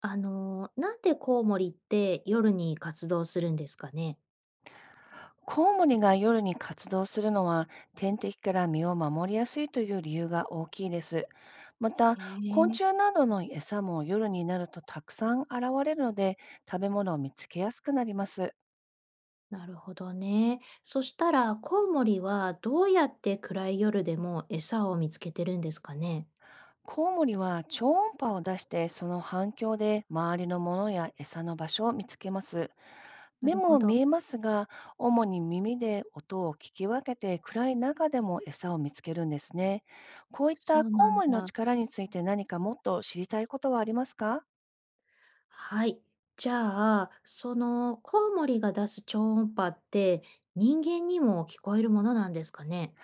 なんでコウモリって夜に活動するんですかね？コウモリが夜に活動するのは天敵から身を守りやすいという理由が大きいです。また、へ昆え。虫などの餌も夜になるとたくさん現れるので、食べ物を見つけやすくなります。なるほどね。そしたらコウモリはどうやって暗い夜でも餌を見つけてるんですかね？コウモリは超音波を出して、その反響で周りのものや餌の場所を見つけます。な目るほもど、見えますが、主に耳で音を聞き分けて暗い中でも餌を見つけるんですね。こういっそたうコなウんモリのだ。力について何かもっと知りたいことはありますか？はい。じゃあ、そのコウモリが出す超音波って人間にも聞こえるものなんですかね？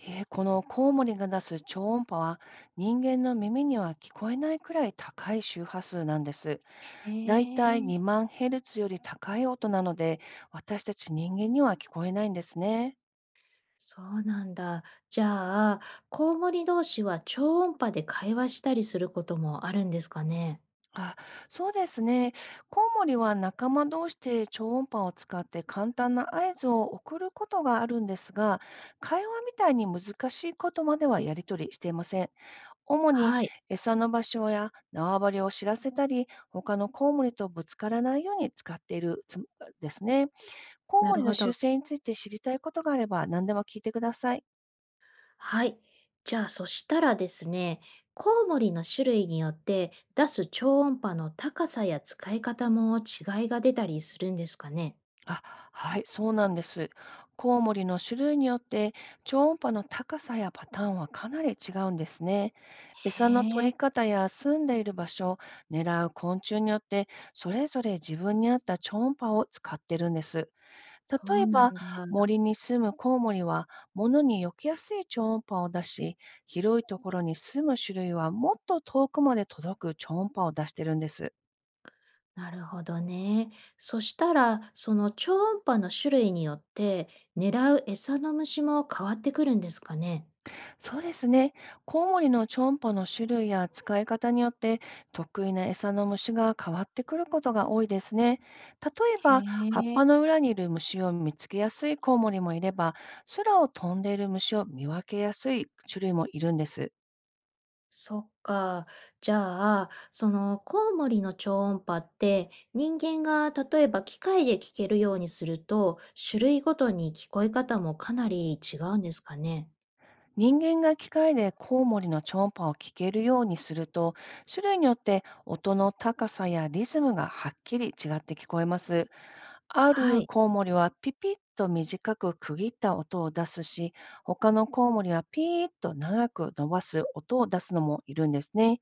このコウモリが出す超音波は、人間の耳には聞こえないくらい高い周波数なんです。へだいたいえ。2万ヘルツより高い音なので、私たち人間には聞こえないんですね。そうなんだ。じゃあ、コウモリ同士は超音波で会話したりすることもあるんですかね。あ、そうですね。コウモリは仲間同士で超音波を使って簡単な合図を送ることがあるんですが、会話みたいに難しいことまではやり取りしていません。主にはい、餌の場所や縄張りを知らせたり、他のコウモリとぶつからないように使っているつですね。コウなモるリのほ習ど。性について知りたいことがあれば何でも聞いてください。はい。じゃあ、そしたらですね、コウモリの種類によって出す超音波の高さや使い方も違いが出たりするんですかね。あ、はい、そうなんです。コウモリの種類によって、超音波の高さやパターンはかなり違うんですね。餌のへ取え、り方や住んでいる場所、狙う昆虫によって、それぞれ自分に合った超音波を使ってるんです。そ例うえなんば、だ。森に住むコウモリは物に避けやすい超音波を出し、広いところに住む種類はもっと遠くまで届く超音波を出してるんです。なるほどね。そしたら、その超音波の種類によって狙う餌の虫も変わってくるんですかね。そうですね。コウモリのチョンポの種類や使い方によって、得意な餌の虫が変わってくることが多いですね。例えへば、葉っぱえ。の裏にいる虫を見つけやすいコウモリもいれば、空を飛んでいる虫を見分けやすい種類もいるんです。そっか。じゃあ、そのコウモリの超音波って人間が例えば機械で聞けるようにすると、種類ごとに聞こえ方もかなり違うんですかね。人間が機械でコウモリのチョンパを聞けるようにすると、種類によって音の高さやリズムがはっきり違って聞こえます。あはるい。コウモリはピピッと短く区切った音を出すし、他のコウモリはピーッと長く伸ばす音を出すのもいるんですね。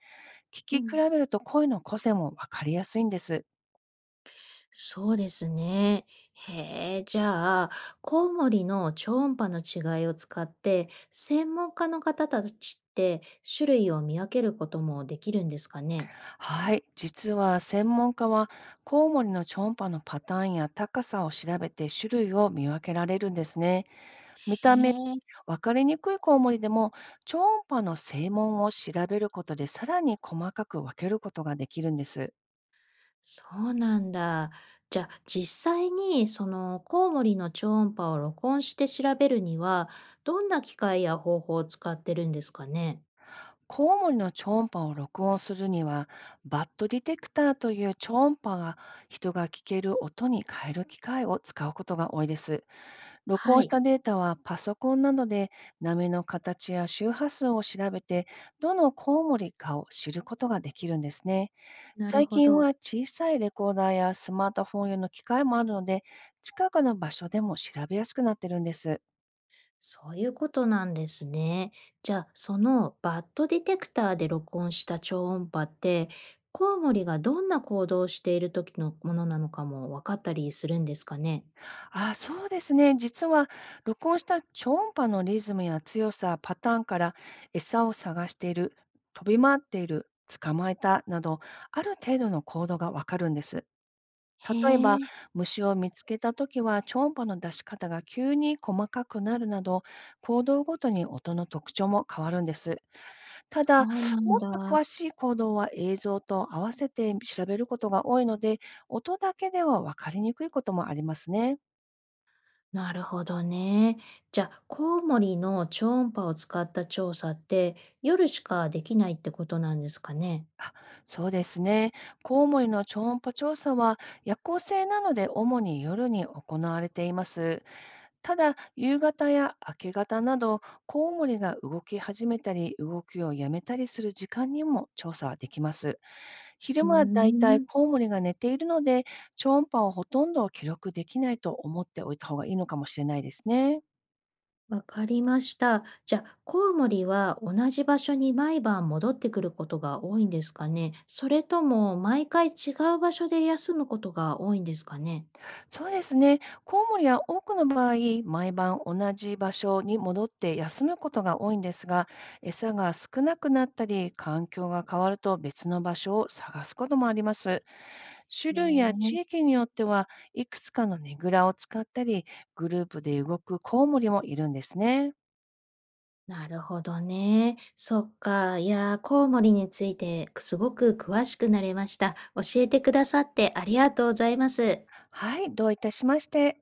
聞うき比ん。べると、声の個性もわかりやすいんです。そうですね。へえ、じゃあ、コウモリの超音波の違いを使って、専門家の方たちって種類を見分けることもできるんですかね。はい、実は専門家はコウモリの超音波のパターンや高さを調べて、種類を見分けられるんですね。見へた目、え。わかりにくいコウモリでも、超音波の声紋を調べることでさらに細かく分けることができるんです。そうなんだ。じゃあ実際にそのコウモリの超音波を録音して調べるには、どんな機械や方法を使ってるんですかね？コウモリの超音波を録音するには、バッドディテクターという超音波が人が聞ける音に変える機械を使うことが多いです。録は音しい、たデータはパソコンなどで波の形や周波数を調べて、どのコウモリかを知ることができるんですね。なる最ほ近ど。は小さいレコーダーやスマートフォン用の機械もあるので、近くの場所でも調べやすくなってるんです。そういうことなんですね。じゃあそのバッドディテクターで録音した超音波って、コウモリがどんな行動をしている時のものなのかも分かったりするんですかね？あ、そうですね。実は、録音した超音波のリズムや強さ、パターンから、餌を探している、飛び回っている、捕まえたなど、ある程度の行動がわかるんです。へ例えば、え、虫を見つけたときは、超音波の出し方が急に細かくなるなど、行動ごとに音の特徴も変わるんです。たそだ、うなもんっとだ。詳しい行動は映像と合わせて調べることが多いので、音だけではわかりにくいこともありますね。なるほどね。じゃあ、コウモリの超音波を使った調査って、夜しかできないってことなんですかね。あ、そうですね。コウモリの超音波調査は夜行性なので、主に夜に行われています。ただ、夕方や明け方など、コウモリが動き始めたり、動きをやめたりする時間にも調査はできます。昼うー間はだいたいん、コウモリが寝ているので、超音波をほとんど記録できないと思っておいた方がいいのかもしれないですね。わかりました。じゃあ、コウモリは同じ場所に毎晩戻ってくることが多いんですかね。それとも、毎回違う場所で休むことが多いんですかね。そうですね。コウモリは多くの場合、毎晩同じ場所に戻って休むことが多いんですが、餌が少なくなったり、環境が変わると別の場所を探すこともあります。種へ類やえ。地域によっては、いくつかのねぐらを使ったり、グループで動くコウモリもいるんですね。なるほどね。そっか。いやー、コウモリについてすごく詳しくなれました。教えてくださってありがとうございます。はい、どういたしまして。